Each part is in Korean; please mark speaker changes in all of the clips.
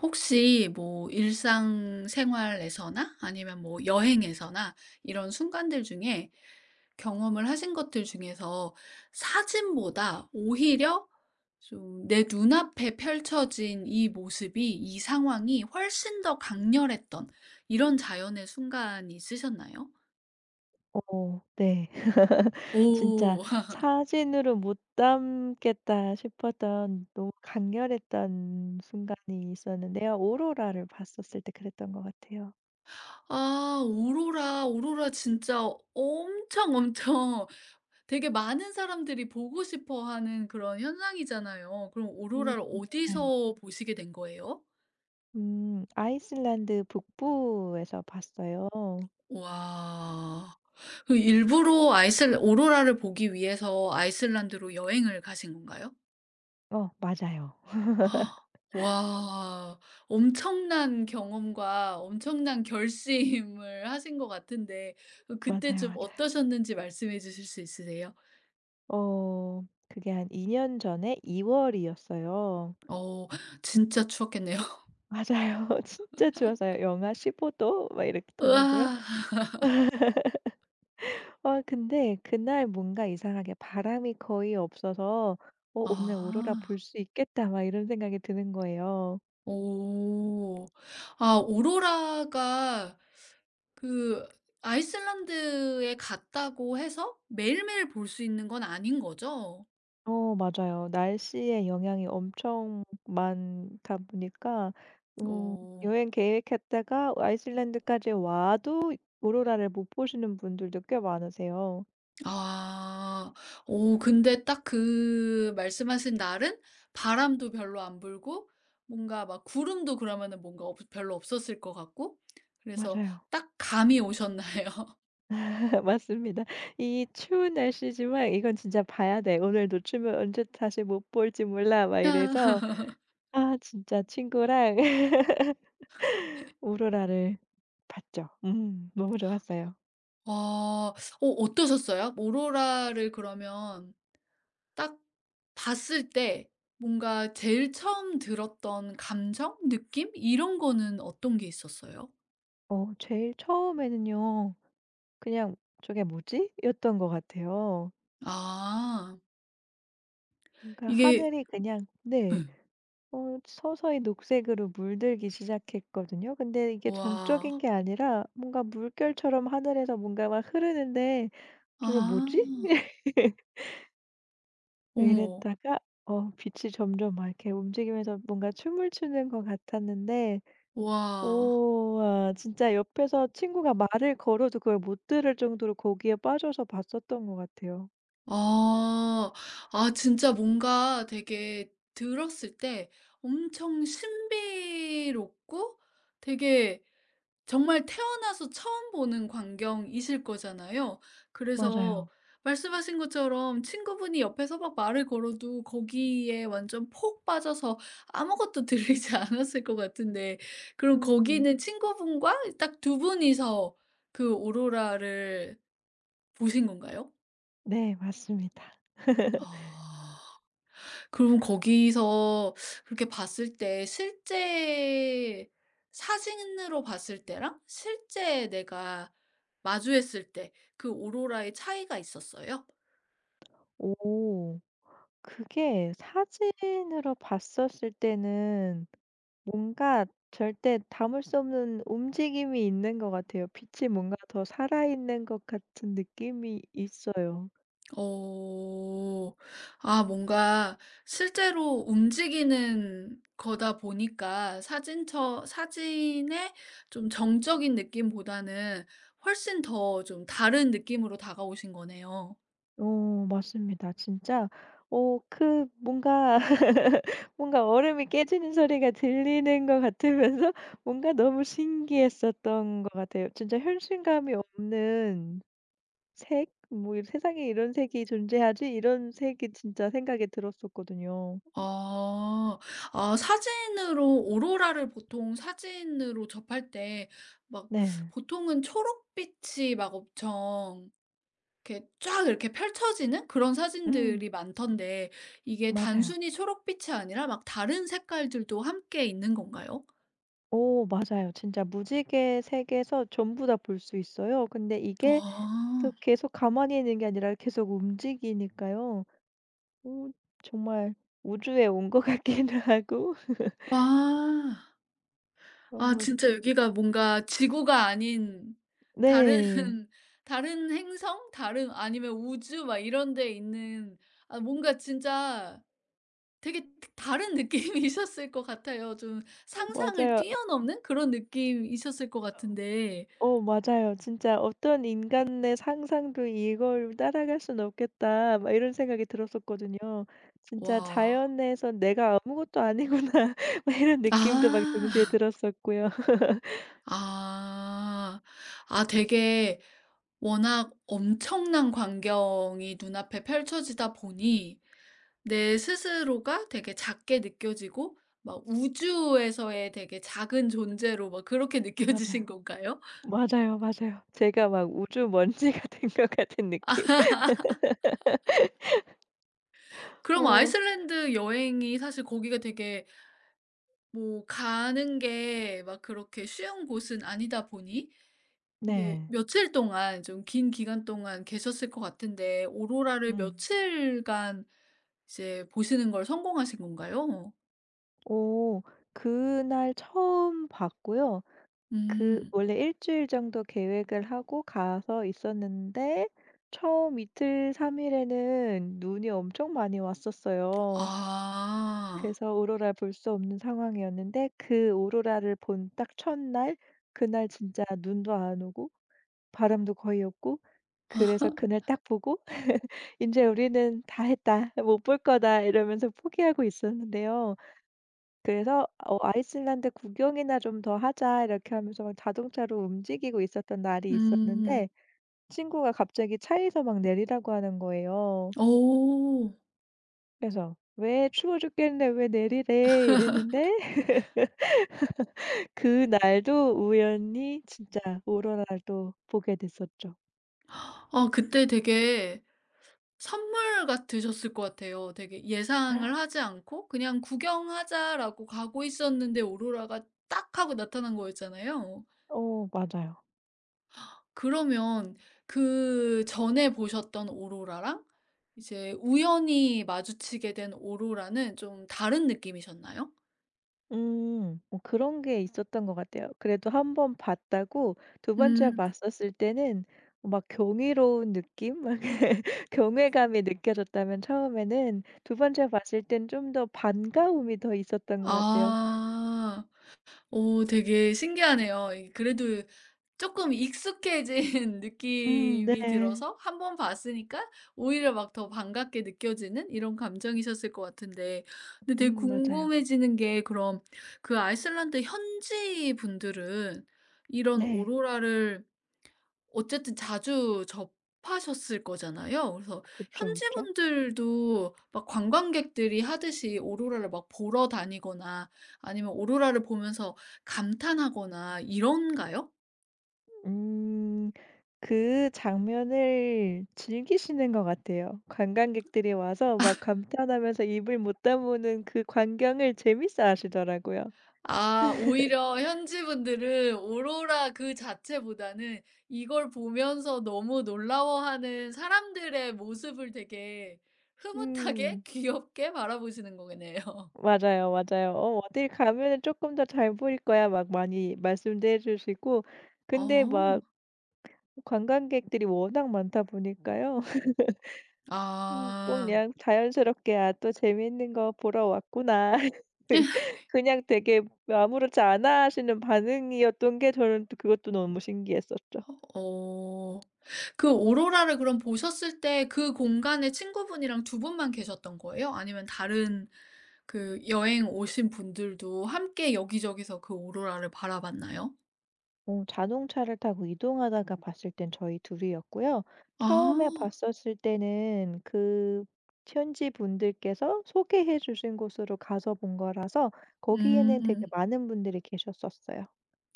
Speaker 1: 혹시 뭐 일상생활에서나 아니면 뭐 여행에서나 이런 순간들 중에 경험을 하신 것들 중에서 사진보다 오히려 좀 내 눈앞에 펼쳐진 이 모습이 이 상황이 훨씬 더 강렬했던 이런 자연의 순간이 있으셨나요?
Speaker 2: 어 네. 진짜
Speaker 1: 오.
Speaker 2: 사진으로 못 담겠다 싶었던 너무 강렬했던 순간이 있었는데요. 오로라를 봤었을 때 그랬던 것 같아요.
Speaker 1: 아 오로라. 오로라 진짜 엄청, 엄청 되게 많은 사람들이 보고 싶어 하는 그런 현상이잖아요. 그럼 오로라를
Speaker 2: 맞아요.
Speaker 1: 어디서 보시게 된 거예요?
Speaker 2: 아이슬란드 북부에서 봤어요.
Speaker 1: 와. 그 일부러 아이슬 오로라를 보기 위해서 아이슬란드로 여행을 가신 건가요?
Speaker 2: 어 맞아요.
Speaker 1: 와. 엄청난 경험과 엄청난 결심을 하신 것 같은데 그때
Speaker 2: 맞아요,
Speaker 1: 좀
Speaker 2: 맞아요.
Speaker 1: 어떠셨는지 말씀해 주실 수 있으세요?
Speaker 2: 어 그게 한 2년 전에 2 월이었어요.
Speaker 1: 어 진짜 추웠겠네요.
Speaker 2: 맞아요. 진짜 좋았어요. 영하 15도 막 이렇더라고요.
Speaker 1: 으아.
Speaker 2: 아 근데 그날 뭔가 이상하게 바람이 거의 없어서 '어 오늘 오로라
Speaker 1: 아.
Speaker 2: 볼 수 있겠다.' 막 이런 생각이 드는 거예요.
Speaker 1: 오. 아 오로라가 그 아이슬란드에 갔다고 해서 매일매일 볼 수 있는 건 아닌 거죠?
Speaker 2: 어 맞아요. 날씨의 영향이 엄청 많다 보니까 음,
Speaker 1: 오.
Speaker 2: 여행 계획했다가 아이슬란드까지 와도 오로라를 못 보시는 분들도 꽤 많으세요.
Speaker 1: 아. 오 근데 딱 그 말씀하신 날은 바람도 별로 안 불고 뭔가 막 구름도 그러면은 뭔가 없 별로 없었을 것 같고 그래서
Speaker 2: 맞아요.
Speaker 1: 딱 감이 오셨나요?
Speaker 2: 맞습니다. 이 추운 날씨지만 이건 진짜 봐야 돼. 오늘 놓치면 언제 다시 못 볼지 몰라. 막 이래서
Speaker 1: 아.
Speaker 2: 아 진짜 친구랑 오로라를 봤죠. 너무 좋았어요.
Speaker 1: 와, 어 어떠셨어요? 오로라를 그러면 딱 봤을 때 뭔가 제일 처음 들었던 감정, 느낌 이런 거는 어떤 게 있었어요?
Speaker 2: 제일 처음에는요. 그냥 '저게 뭐지?' 였던 것 같아요.
Speaker 1: 아.
Speaker 2: 그러니까
Speaker 1: 이게
Speaker 2: 하늘이 그냥 네.
Speaker 1: 응,
Speaker 2: 서서히 녹색으로 물들기 시작했거든요. 근데 이게 정적인
Speaker 1: 와.
Speaker 2: 게 아니라 뭔가 물결처럼 하늘에서 뭔가 막 흐르는데 '저게
Speaker 1: 아.
Speaker 2: 뭐지?'
Speaker 1: 어머.
Speaker 2: 이랬다가 빛이 점점 막 이렇게 움직이면서 뭔가 춤을 추는 것 같았는데
Speaker 1: 와.
Speaker 2: 오 와 진짜 옆에서 친구가 말을 걸어도 그걸 못 들을 정도로 거기에 빠져서 봤었던 것 같아요.
Speaker 1: 아. 아 진짜 뭔가 되게 들었을 때 엄청 신비롭고 되게 정말 태어나서 처음 보는 광경이실 거잖아요. 그래서
Speaker 2: 맞아요.
Speaker 1: 말씀하신 것처럼 친구분이 옆에서 막 말을 걸어도 거기에 완전 폭 빠져서 아무것도 들리지 않았을 것 같은데 그럼
Speaker 2: 음
Speaker 1: 거기는 친구분과 딱 두 분이서 그 오로라를 보신 건가요?
Speaker 2: 네 맞습니다.
Speaker 1: 아. 그럼 거기서 그렇게 봤을 때 실제 사진으로 봤을 때랑 실제 내가 마주했을 때 그 오로라의 차이가 있었어요?
Speaker 2: 오. 그게 사진으로 봤었을 때는 뭔가 절대 담을 수 없는 움직임이 있는 것 같아요. 빛이 뭔가 더 살아있는 것 같은 느낌이 있어요.
Speaker 1: 어. 아 뭔가 실제로 움직이는 거다 보니까 사진처 사진의 좀 정적인 느낌보다는 훨씬 더 좀 다른 느낌으로 다가오신 거네요.
Speaker 2: 오 맞습니다. 진짜 오 그 뭔가 뭔가 얼음이 깨지는 소리가 들리는 것 같으면서 뭔가 너무 신기했었던 것 같아요. 진짜 현실감이 없는 색? 뭐 이 '세상에 이런 색이 존재하지?' 이런 색이 진짜 생각이 들었었거든요.
Speaker 1: 아. 아 사진으로 오로라를 보통 사진으로 접할 때 막
Speaker 2: 네.
Speaker 1: 보통은 초록빛이 막 엄청 이렇게 쫙 이렇게 펼쳐지는 그런
Speaker 2: 음
Speaker 1: 사진들이 많던데 이게
Speaker 2: 맞아요.
Speaker 1: 단순히 초록빛이 아니라 막 다른 색깔들도 함께 있는 건가요?
Speaker 2: 오, 맞아요. 진짜 무지개 색에서 전부 다 볼 수 있어요. 근데 이게
Speaker 1: 아.
Speaker 2: 또 계속 가만히 있는 게 아니라 계속 움직이니까요. 오, 정말 우주에 온 것 같기도 하고
Speaker 1: 아. 아
Speaker 2: 어
Speaker 1: 진짜 여기가 뭔가 지구가 아닌 다른
Speaker 2: 네.
Speaker 1: 다른 행성? 다른 아니면 우주 막 이런 데 있는 아 뭔가 진짜 되게 다른 느낌이셨을 것 같아요. 좀
Speaker 2: 어
Speaker 1: 상상을
Speaker 2: 맞아요.
Speaker 1: 뛰어넘는 그런 느낌이셨을 것 같은데
Speaker 2: 맞아요. 진짜 '어떤 인간의 상상도 이걸 따라갈 수는 없겠다.' 막 이런 생각이 들었었거든요. 진짜 자
Speaker 1: 와.
Speaker 2: 연에서 내가 아무것도 아니구나.' 막 이런 느낌도 막 동시에
Speaker 1: 아.
Speaker 2: 들었었고요.
Speaker 1: 아. 아 되게 워낙 엄청난 광경이 눈앞에 펼쳐지다 보니 내 스스로가 되게 작게 느껴지고 막 우주에서의 되게 작은 존재로 막 그렇게
Speaker 2: 맞아요.
Speaker 1: 느껴지신 건가요?
Speaker 2: 맞아요, 맞아요. 제가 막 우주 먼지가 된 것 같은 느낌?
Speaker 1: 그럼
Speaker 2: 어 네.
Speaker 1: 아이슬란드 여행이 사실 거기가 되게 뭐 가는 게 막 그렇게 쉬운 곳은 아니다 보니 이게
Speaker 2: 네.
Speaker 1: 며칠 동안 좀 긴 기간 동안 계셨을 것 같은데 오로라를
Speaker 2: 음.
Speaker 1: 며칠간 이제 보시는 걸 성공하신 건가요?
Speaker 2: 오, 그날 처음 봤고요. 그
Speaker 1: 음.
Speaker 2: 원래 일 주일 정도 계획을 하고 가서 있었는데 처음 이틀 3 일에는 눈이 엄청 많이 왔었어요.
Speaker 1: 아.
Speaker 2: 그래서 오로라 볼 수 없는 상황이었는데 그 오로라를 본 딱 첫날 그날 진짜 눈도 안 오고 바람도 거의 없고 그래서 그날 딱 보고 이제 우리는 다 했다. 못 볼 거다.' 이러면서 포기하고 있었는데요. 그래서 어 "아이슬란드 구경이나 좀 더 하자." 이렇게 하면서 막 자동차로 움직이고 있었던 날이
Speaker 1: 음.
Speaker 2: 있었는데 친구가 갑자기 차에서 막 내리라고 하는 거예요.
Speaker 1: 오
Speaker 2: 그래서 "왜 추워 죽겠는데 왜 내리래." 이랬는데 그날도 우연히 진짜 오로라를 또 보게 됐었죠.
Speaker 1: 아 그때 되게 선물 같으셨을 것 같아요. 되게 예상을 하지 않고 그냥 '구경하자.'라고 가고 있었는데 오로라가 딱 하고 나타난 거였잖아요.
Speaker 2: 어 맞아요.
Speaker 1: 그러면 그전에 보셨던 오로라랑 이제 우연히 마주치게 된 오로라는 좀 다른 느낌이셨나요?
Speaker 2: 음. 뭐 그런 게 있었던 것 같아요. 그래도 한 번 봤다고 두 번째
Speaker 1: 음.
Speaker 2: 봤었을 때는 막 경이로운 느낌? 막 경외감이 느껴졌다면 처음에는 두 번째 봤을 땐 좀 더 반가움이 더 있었던 것 같아요.
Speaker 1: 아. 오 되게 신기하네요. 이 그래도 조금 익숙해진
Speaker 2: 네.
Speaker 1: 느낌이 들어서 한 번 봤으니까 오히려 막 더 반갑게 느껴지는 이런 감정이셨을 것 같은데 근데 되게
Speaker 2: 맞아요.
Speaker 1: 궁금해지는 게 그럼 그 아이슬란드 현지 분들은 이런
Speaker 2: 네.
Speaker 1: 오로라를 어쨌든 자주 접하셨을 거잖아요. 그래서
Speaker 2: 그쵸,
Speaker 1: 현지
Speaker 2: 그쵸.
Speaker 1: 분들도 막 관광객들이 하듯이 오로라를 막 보러 다니거나 아니면 오로라를 보면서 감탄하거나 이런가요?
Speaker 2: 음. 그 장면을 즐기시는 것 같아요. 관광객들이 와서 막 감탄하면서 입을 못 다무는 그 광경을 재밌어 하시더라고요.
Speaker 1: 아 오히려 현지 분들은 오로라 그 자체보다는 이걸 보면서 너무 놀라워하는 사람들의 모습을 되게 흐뭇하게
Speaker 2: 음.
Speaker 1: 귀엽게 바라보시는 거네요.
Speaker 2: 맞아요, 맞아요. "어 어딜 가면은 조금 더 잘 보일 거야." 막 많이 말씀도 해 주시고 근데
Speaker 1: 어.
Speaker 2: 막 관광객들이 워낙 많다 보니까요. 좀
Speaker 1: 아.
Speaker 2: 그냥 자연스럽게 '아 또 재밌는 거 보러 왔구나.' 그냥 되게 아무렇지 않아 하시는 반응이었던 게 저는 또 그것도 너무 신기했었죠.
Speaker 1: 어. 그 오로라를 그럼 보셨을 때 그 공간에 친구분이랑 두 분만 계셨던 거예요? 아니면 다른 그 여행 오신 분들도 함께 여기저기서 그 오로라를 바라봤나요?
Speaker 2: 자동차를 타고 이동하다가 봤을 땐 저희 둘이었고요.
Speaker 1: 아.
Speaker 2: 처음에 봤었을 때는 그 현지 분들께서 소개해 주신 곳으로 가서 본 거라서 거기에는 되게
Speaker 1: 음.
Speaker 2: 많은 분들이 계셨었어요.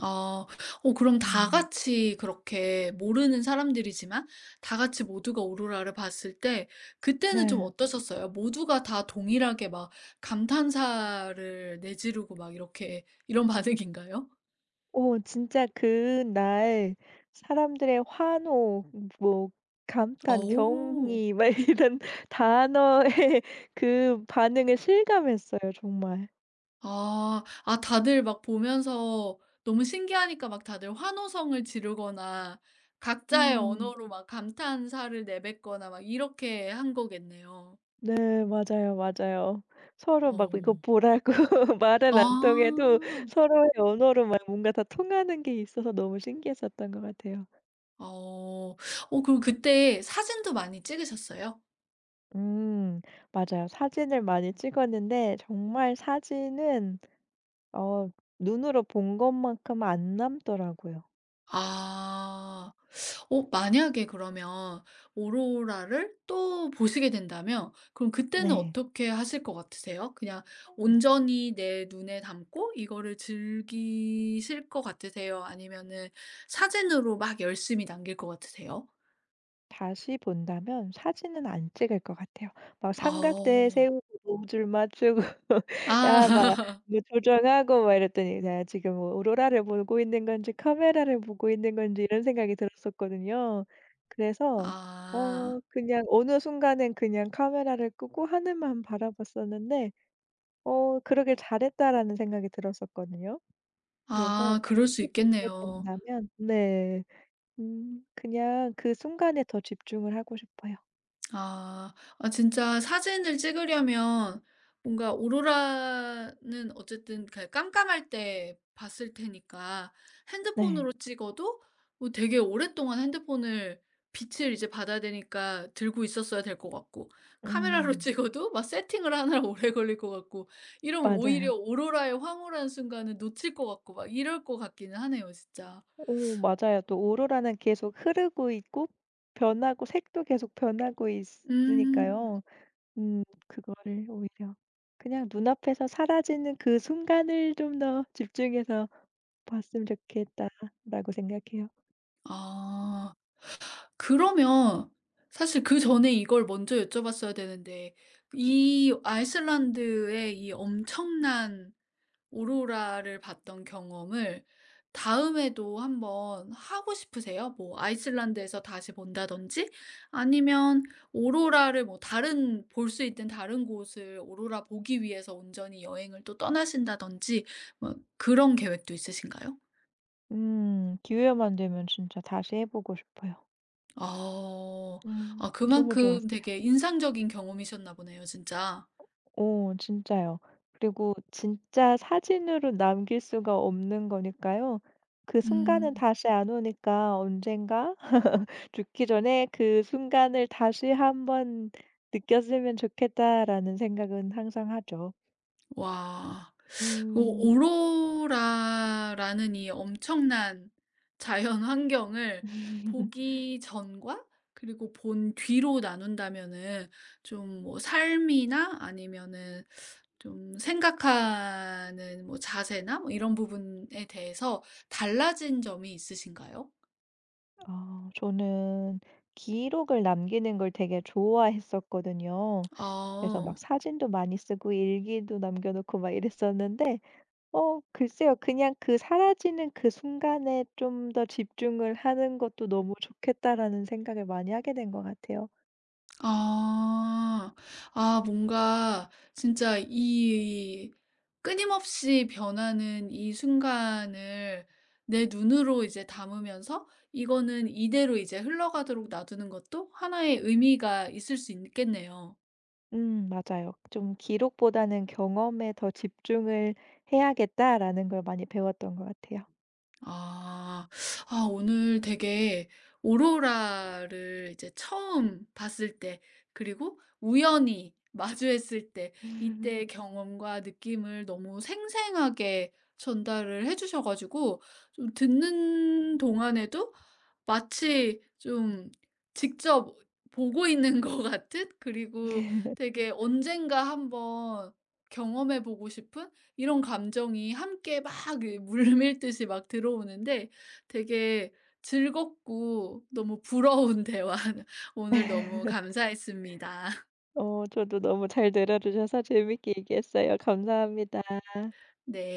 Speaker 1: 아. 어 그럼 다
Speaker 2: 음.
Speaker 1: 같이 그렇게 모르는 사람들이지만 다 같이 모두가 오로라를 봤을 때 그때는 좀
Speaker 2: 네.
Speaker 1: 어떠셨어요? 모두가 다 동일하게 막 감탄사를 내지르고 막 이렇게 이런 반응인가요?
Speaker 2: 오 진짜 그날 사람들의 환호, 뭐, 감탄,
Speaker 1: 오,
Speaker 2: 경의, 막 이런 단어의 그 반응을 실감했어요, 정말.
Speaker 1: 아. 아 다들 막 보면서 너무 신기하니까 막 다들 환호성을 지르거나 각자의
Speaker 2: 음.
Speaker 1: 언어로 막 감탄사를 내뱉거나 막 이렇게 한 거겠네요.
Speaker 2: 네. 맞아요, 맞아요. 서로
Speaker 1: 어.
Speaker 2: 막 이거 보라고 말은 안 통해도
Speaker 1: 아.
Speaker 2: 서로의 언어로 막 뭔가 다 통하는 게 있어서 너무 신기했었던 것 같아요.
Speaker 1: 어. 어 그럼 그때 사진도 많이 찍으셨어요?
Speaker 2: 음. 맞아요. 사진을 많이 찍었는데 정말 사진은 어 눈으로 본 것만큼 안 남더라고요.
Speaker 1: 아. 어 만약에 그러면 오로라를 또 보시게 된다면 그럼 그때는
Speaker 2: 네.
Speaker 1: 어떻게 하실 것 같으세요? 그냥 온전히 내 눈에 담고 이거를 즐기실 것 같으세요? 아니면은 사진으로 막 열심히 남길 것 같으세요?
Speaker 2: 다시 본다면 사진은 안 찍을 것 같아요. 막 삼각대
Speaker 1: 어.
Speaker 2: 세우고 노줄 맞추고 야 막
Speaker 1: 아.
Speaker 2: 뭐 조정하고 막 이랬더니 '내가 지금 뭐 오로라를 보고 있는 건지 카메라를 보고 있는 건지.' 이런 생각이 들었었거든요. 그래서
Speaker 1: 아.
Speaker 2: 그냥 어느 순간엔 그냥 카메라를 끄고 하늘만 바라봤었는데 '그러길 잘했다.'라는 생각이 들었었거든요. 그래서
Speaker 1: 아 그럴 수
Speaker 2: 다시 보게
Speaker 1: 있겠네요.
Speaker 2: 된다면 네. 그냥 그 순간에 더 집중을 하고 싶어요.
Speaker 1: 아. 아 진짜 사진을 찍으려면 뭔가 오로라는 어쨌든 그냥 깜깜할 때 봤을 테니까
Speaker 2: 네.
Speaker 1: 핸드폰으로 찍어도 뭐 되게 오랫동안 핸드폰을 빛을 이제 받아야 되니까 들고 있었어야 될 것 같고 카메라로
Speaker 2: 음.
Speaker 1: 찍어도 막 세팅을 하느라 오래 걸릴 것 같고 이러면 오히려
Speaker 2: 맞아요.
Speaker 1: 오로라의 황홀한 순간을 놓칠 것 같고 막 이럴 것 같기는 하네요 진짜.
Speaker 2: 오 맞아요. 또 오로라는 계속 흐르고 있고 변하고 색도 계속 변하고
Speaker 1: 음.
Speaker 2: 있으니까요. 그거를 오히려 그냥 눈앞에서 사라지는 그 순간을 좀 더 집중해서 봤으면 좋겠다라고 생각해요.
Speaker 1: 아. 그러면 사실 그전에 이걸 먼저 여쭤봤어야 되는데 이 아이슬란드의 이 엄청난 오로라를 봤던 경험을 다음에도 한번 하고 싶으세요? 뭐 아이슬란드에서 다시 본다든지 아니면 오로라를 뭐 다른 볼 수 있는 다른 곳을 오로라 보기 위해서 온전히 여행을 또 떠나신다든지 뭐 그런 계획도 있으신가요?
Speaker 2: 기회만 되면 진짜 다시 해 보고 싶어요.
Speaker 1: 아. 아
Speaker 2: 너무
Speaker 1: 그만큼
Speaker 2: 좋았어요.
Speaker 1: 되게 인상적인 경험이셨나 보네요 진짜.
Speaker 2: 오 진짜요. 그리고 진짜 사진으로 남길 수가 없는 거니까요. 그 순간은
Speaker 1: 음.
Speaker 2: 다시 안 오니까 언젠가 죽기 전에 '그 순간을 다시 한번 느꼈으면 좋겠다.'라는 생각은 항상 하죠.
Speaker 1: 와. 오
Speaker 2: 음
Speaker 1: 오로라라는 이 엄청난 자연 환경을 보기 전과 그리고 본 뒤로 나눈다면은 좀 뭐 삶이나 아니면은 좀 생각하는 뭐 자세나 뭐 이런 부분에 대해서 달라진 점이 있으신가요?
Speaker 2: 아 저는 기록을 남기는 걸 되게 좋아했었거든요. 그래서
Speaker 1: 어.
Speaker 2: 막 사진도 많이 쓰고 일기도 남겨 놓고 막 이랬었는데 글쎄요. 그냥 그 사라지는 그 순간에 좀 더 집중을 하는 것도 '너무 좋겠다.'라는 생각을 많이 하게 된 것 같아요.
Speaker 1: 아. 아 뭔가 진짜 이 끊임없이 변하는 이 순간을 내 눈으로 이제 담으면서 이거는 이대로 이제 흘러가도록 놔두는 것도 하나의 의미가 있을 수 있겠네요.
Speaker 2: 맞아요. 좀 '기록보다는 경험에 더 집중을 해야겠다.'라는 걸 많이 배웠던 것 같아요.
Speaker 1: 아. 아 오늘 되게 오로라를 이제 처음 봤을 때 그리고 우연히 마주했을 때 이때의 경험과 느낌을 너무 생생하게 전달을 해 주셔 가지고 좀 듣는 동안에도 마치 좀 직접 보고 있는 것 같은 그리고 되게 언젠가 한번 경험해 보고 싶은 이런 감정이 함께 막 이 물밀듯이 막 들어오는데 되게 즐겁고 너무 부러운 대화 오늘 너무 감사했습니다.
Speaker 2: 저도 너무 잘 들어 주셔서 재밌게 얘기했어요. 감사합니다.
Speaker 1: 네.